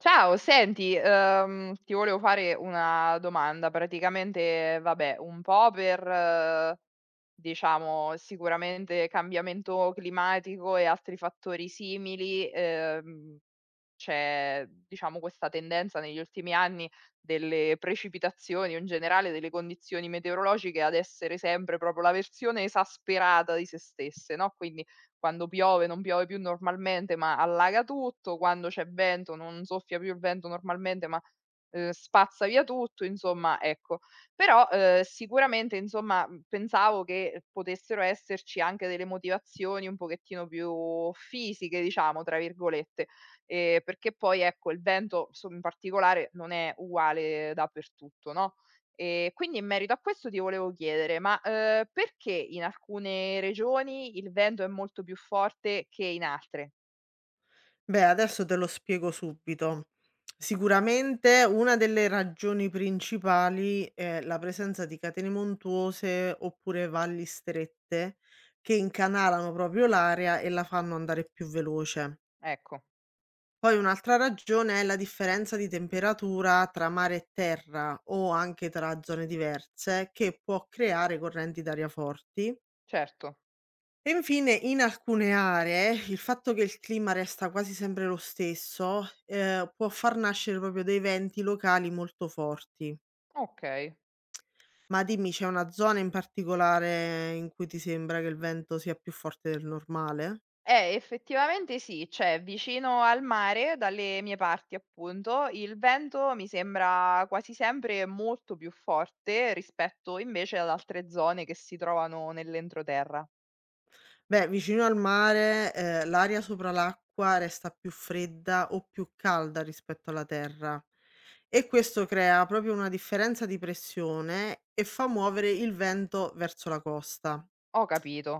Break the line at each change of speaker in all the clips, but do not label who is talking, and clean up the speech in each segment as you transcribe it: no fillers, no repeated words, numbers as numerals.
Ciao, senti, ti volevo fare una domanda. Praticamente, vabbè, un po' per, diciamo, sicuramente cambiamento climatico e altri fattori simili, c'è, diciamo, questa tendenza negli ultimi anni delle precipitazioni o in generale delle condizioni meteorologiche ad essere sempre proprio la versione esasperata di se stesse, no, quindi quando piove non piove più normalmente, ma allaga tutto, quando c'è vento non soffia più il vento normalmente, spazza via tutto, insomma, ecco. Però, sicuramente, insomma, pensavo che potessero esserci anche delle motivazioni un pochettino più "fisiche", diciamo, tra virgolette, perché poi, ecco, il vento, so in particolare, non è uguale dappertutto, no, quindi in merito a questo ti volevo chiedere: ma, perché in alcune regioni il vento è molto più forte che in altre?
Beh, adesso te lo spiego subito. Sicuramente una delle ragioni principali è la presenza di catene montuose oppure valli strette che incanalano proprio l'aria e la fanno andare più veloce.
Ecco,
Poi un'altra ragione è la differenza di temperatura tra mare e terra o anche tra zone diverse che può creare correnti d'aria forti
certo,
e infine, in alcune aree, il fatto che il clima resta quasi sempre lo stesso, può far nascere proprio dei venti locali molto forti.
okay.
Ma dimmi, c'è una zona in particolare in cui ti sembra che il vento sia più forte del normale?
Effettivamente sì, cioè vicino al mare, dalle mie parti appunto, il vento mi sembra quasi sempre molto più forte rispetto invece ad altre zone che si trovano nell'entroterra.
Beh, vicino al mare, l'aria sopra l'acqua resta più fredda o più calda rispetto alla terra e questo crea proprio una differenza di pressione e fa muovere il vento verso la costa.
Ho capito.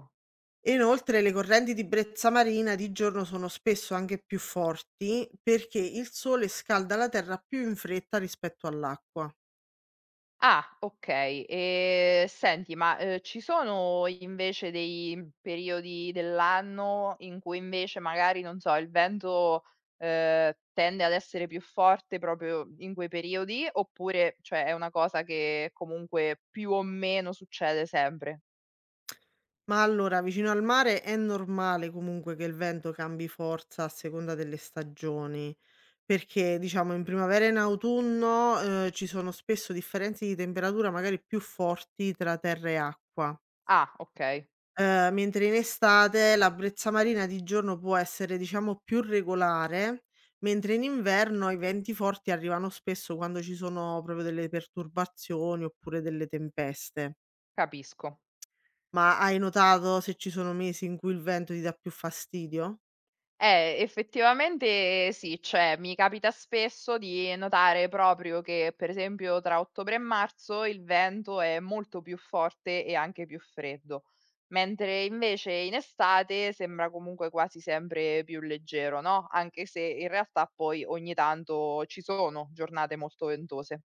E inoltre le correnti di brezza marina di giorno sono spesso anche più forti perché il sole scalda la terra più in fretta rispetto all'acqua.
Ah, okay. Senti, ma, ci sono invece dei periodi dell'anno in cui invece magari, non so, il vento, tende ad essere più forte proprio in quei periodi, oppure cioè è una cosa che comunque più o meno succede sempre?
Ma allora, vicino al mare è normale comunque che il vento cambi forza a seconda delle stagioni, perché diciamo in primavera e in autunno ci sono spesso differenze di temperatura magari più forti tra terra e acqua.
Ah, okay,
Mentre in estate la brezza marina di giorno può essere, diciamo, più regolare, mentre in inverno i venti forti arrivano spesso quando ci sono proprio delle perturbazioni oppure delle tempeste.
capisco.
Ma hai notato se ci sono mesi in cui il vento ti dà più fastidio?
Effettivamente sì, cioè mi capita spesso di notare proprio che, per esempio, tra ottobre e marzo il vento è molto più forte e anche più freddo, mentre invece in estate sembra comunque quasi sempre più leggero, no? Anche se in realtà poi ogni tanto ci sono giornate molto ventose.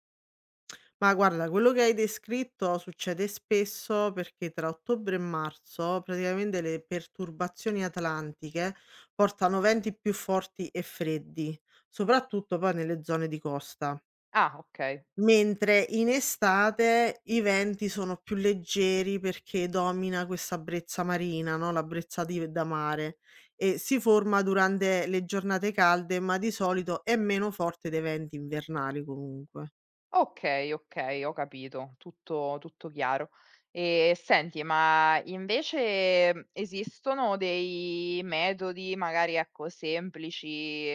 Ma guarda, quello che hai descritto succede spesso perché tra ottobre e marzo praticamente le perturbazioni atlantiche portano venti più forti e freddi, soprattutto poi nelle zone di costa.
Ah, ok.
Mentre in estate i venti sono più leggeri perché domina questa brezza marina, no, la brezza di da mare, e si forma durante le giornate calde, ma di solito è meno forte dei venti invernali comunque.
Okay, okay, ho capito, tutto chiaro. E senti, ma invece, esistono dei metodi magari, ecco, semplici,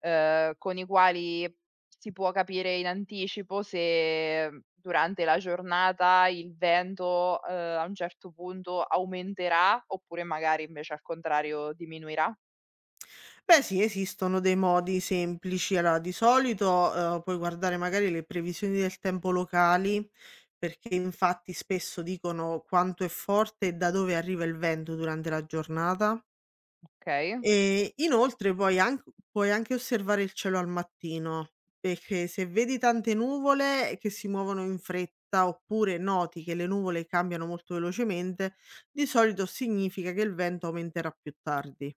con i quali si può capire in anticipo se durante la giornata il vento, a un certo punto aumenterà oppure magari invece al contrario diminuirà?
Beh sì, esistono dei modi semplici. Allora di solito, puoi guardare magari le previsioni del tempo locali, perché infatti spesso dicono quanto è forte e da dove arriva il vento durante la giornata.
Okay.
E inoltre puoi anche osservare il cielo al mattino, perché se vedi tante nuvole che si muovono in fretta oppure noti che le nuvole cambiano molto velocemente, di solito significa che il vento aumenterà più tardi.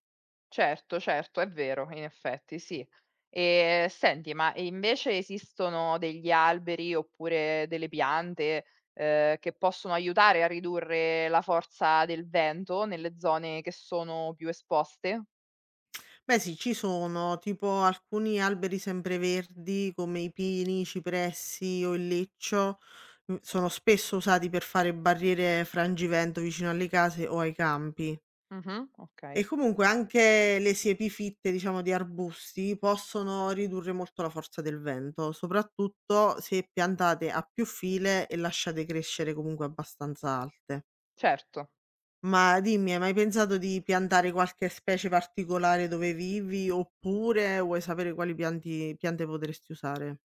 Certo, certo, è vero, in effetti, sì. E senti, ma invece esistono degli alberi oppure delle piante, che possono aiutare a ridurre la forza del vento nelle zone che sono più esposte?
Beh sì, ci sono, tipo alcuni alberi sempreverdi come i pini, i cipressi o il leccio, sono spesso usati per fare barriere frangivento vicino alle case o ai campi.
Mh-mh, okay,
E comunque anche le siepi fitte, diciamo, di arbusti possono ridurre molto la forza del vento, soprattutto se piantate a più file e lasciate crescere comunque abbastanza alte.
certo.
Ma dimmi, hai mai pensato di piantare qualche specie particolare dove vivi, oppure vuoi sapere quali pianti piante potresti usare?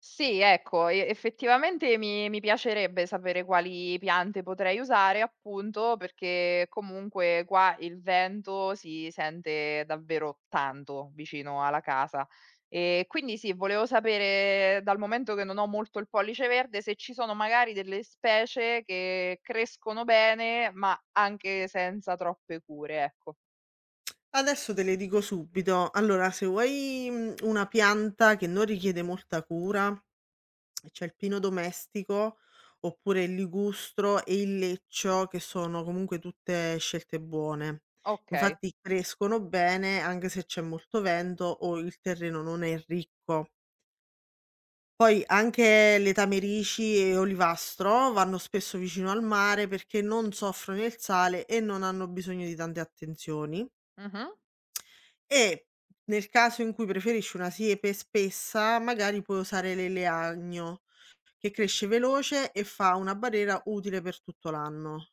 Sì, ecco, e effettivamente mi piacerebbe sapere quali piante potrei usare, appunto, perché comunque qua il vento si sente davvero tanto vicino alla casa. E quindi sì, volevo sapere, dal momento che non ho molto il pollice verde, se ci sono magari delle specie che crescono bene, ma anche senza troppe cure, ecco.
Adesso te le dico subito. Allora, se vuoi, una pianta che non richiede molta cura e c'è il pino domestico, oppure il ligustro e il leccio, che sono comunque tutte scelte buone.
Okay.
Infatti crescono bene anche se c'è molto vento o il terreno non è ricco. Poi anche le tamerici e olivastro vanno spesso vicino al mare perché non soffrono il sale e non hanno bisogno di tante attenzioni.
Mh-mh.
E nel caso in cui preferisci una siepe spessa, magari puoi usare l'eleagno che cresce veloce e fa una barriera utile per tutto l'anno.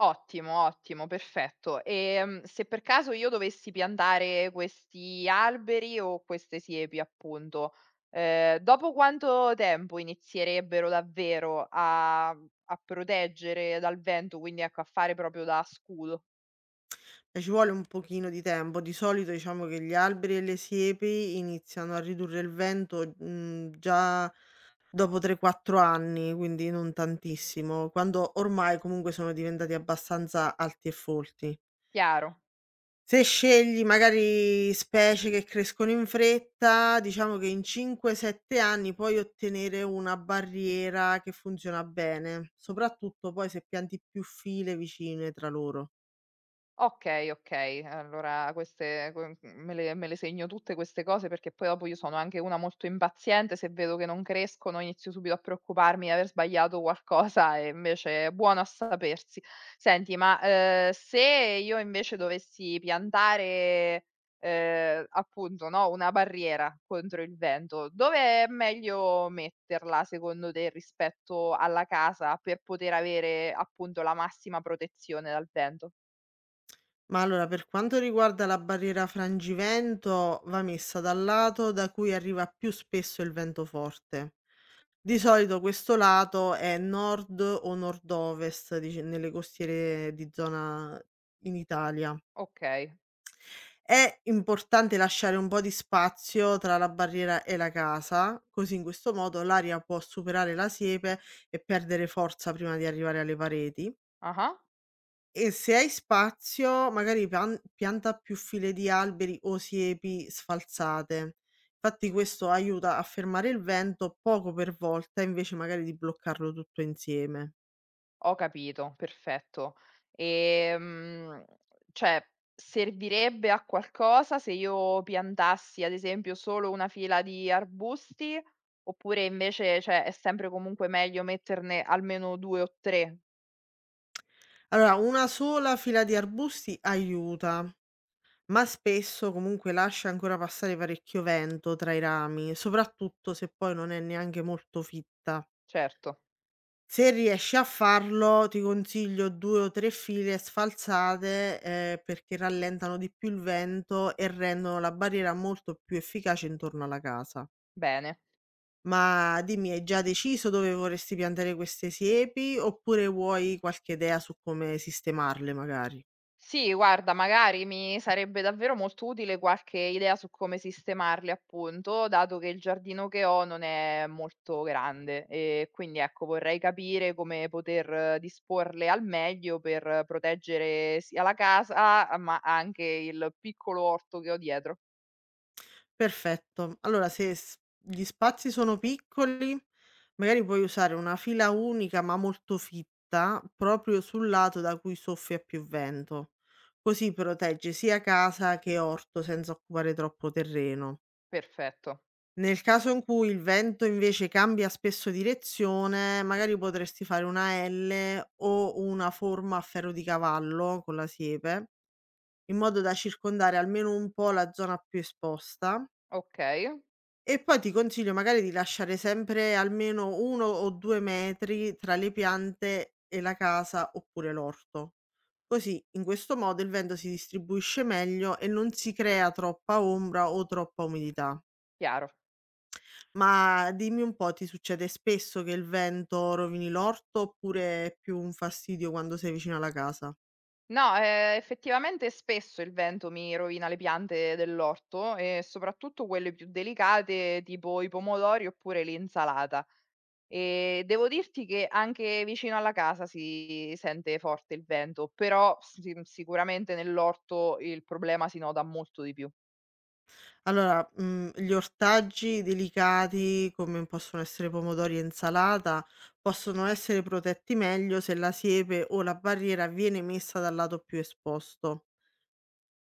Ottimo, ottimo, perfetto. Se per caso io dovessi piantare questi alberi o queste siepi, appunto, dopo quanto tempo inizierebbero davvero a proteggere dal vento, quindi ecco, a fare proprio da scudo?
E ci vuole un pochino di tempo. Di solito diciamo che gli alberi e le siepi iniziano a ridurre il vento, già dopo 3, 4 anni, quindi non tantissimo, quando ormai comunque sono diventati abbastanza alti e folti.
Chiaro.
Se scegli magari specie che crescono in fretta, diciamo che in 5, 7 anni puoi ottenere una barriera che funziona bene, soprattutto poi se pianti più file vicine tra loro.
Okay, okay. Allora queste que me le segno tutte queste cose perché poi dopo io sono anche una molto impaziente, se vedo che non crescono inizio subito a preoccuparmi di aver sbagliato qualcosa e invece è buono a sapersi. Senti, ma, se io invece dovessi piantare, appunto, no, una barriera contro il vento, dove è meglio metterla secondo te rispetto alla casa per poter avere, appunto, la massima protezione dal vento?
Ma allora, per quanto riguarda la barriera frangivento, va messa dal lato da cui arriva più spesso il vento forte. Di solito questo lato è nord o nord-ovest, nelle costiere di zona in Italia.
Okay.
È importante lasciare un po' di spazio tra la barriera e la casa, così in questo modo l'aria può superare la siepe e perdere forza prima di arrivare alle pareti.
Ah-ah.
E se hai spazio, magari pianta più file di alberi o siepi sfalzate. Infatti questo aiuta a fermare il vento poco per volta, invece magari di bloccarlo tutto insieme.
Ho capito, perfetto. Ehm, cioè, servirebbe a qualcosa se io piantassi, ad esempio, solo una fila di arbusti, oppure invece, cioè, è sempre comunque meglio metterne almeno 2 o 3?
Allora, una sola fila di arbusti aiuta, ma spesso comunque lascia ancora passare parecchio vento tra i rami, soprattutto se poi non è neanche molto fitta.
Certo,
Se riesci a farlo, ti consiglio 2 o 3 file sfalsate, perché rallentano di più il vento e rendono la barriera molto più efficace intorno alla casa.
bene.
Ma dimmi, hai già deciso dove vorresti piantare queste siepi, oppure vuoi qualche idea su come sistemarle magari?
Sì, guarda, magari mi sarebbe davvero molto utile qualche idea su come sistemarli, appunto, dato che il giardino che ho non è molto grande e quindi ecco, vorrei capire come poter disporle al meglio per proteggere sia la casa, ah, ma anche il piccolo orto che ho dietro.
Perfetto. Allora se s gli spazi sono piccoli, magari puoi usare una fila unica ma molto fitta, proprio sul lato da cui soffia più vento. Così proteggi sia casa che orto senza occupare troppo terreno.
Perfetto.
Nel caso in cui il vento invece cambia spesso direzione, magari potresti fare una L o una forma a ferro di cavallo con la siepe, in modo da circondare almeno un po' la zona più esposta
Ok,
e poi ti consiglio magari di lasciare sempre almeno 1 o 2 metri tra le piante e la casa oppure l'orto. Così, in questo modo, il vento si distribuisce meglio e non si crea troppa ombra o troppa umidità.
chiaro.
Ma dimmi un po', ti succede spesso che il vento rovini l'orto oppure è più un fastidio quando sei vicino alla casa?
No, effettivamente spesso il vento mi rovina le piante dell'orto e soprattutto quelle più delicate, tipo i pomodori oppure l'insalata. E devo dirti che anche vicino alla casa si sente forte il vento, però si sicuramente nell'orto il problema si nota molto di più.
Allora, gli ortaggi delicati, come possono essere pomodori e insalata, possono essere protetti meglio se la siepe o la barriera viene messa dal lato più esposto.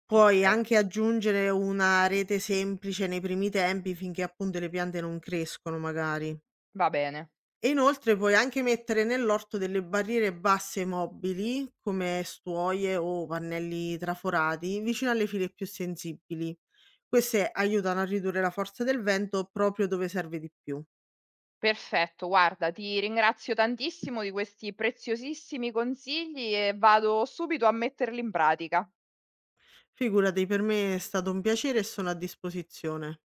Puoi
Okay,
anche aggiungere una rete semplice nei primi tempi finché appunto le piante non crescono magari.
va bene.
E inoltre puoi anche mettere nell'orto delle barriere basse mobili, come stuoie o pannelli traforati, vicino alle file più sensibili. Queste aiutano a ridurre la forza del vento proprio dove serve di più.
Perfetto, guarda, ti ringrazio tantissimo di questi preziosissimi consigli e vado subito a metterli in pratica.
Figurati, per me è stato un piacere e sono a disposizione.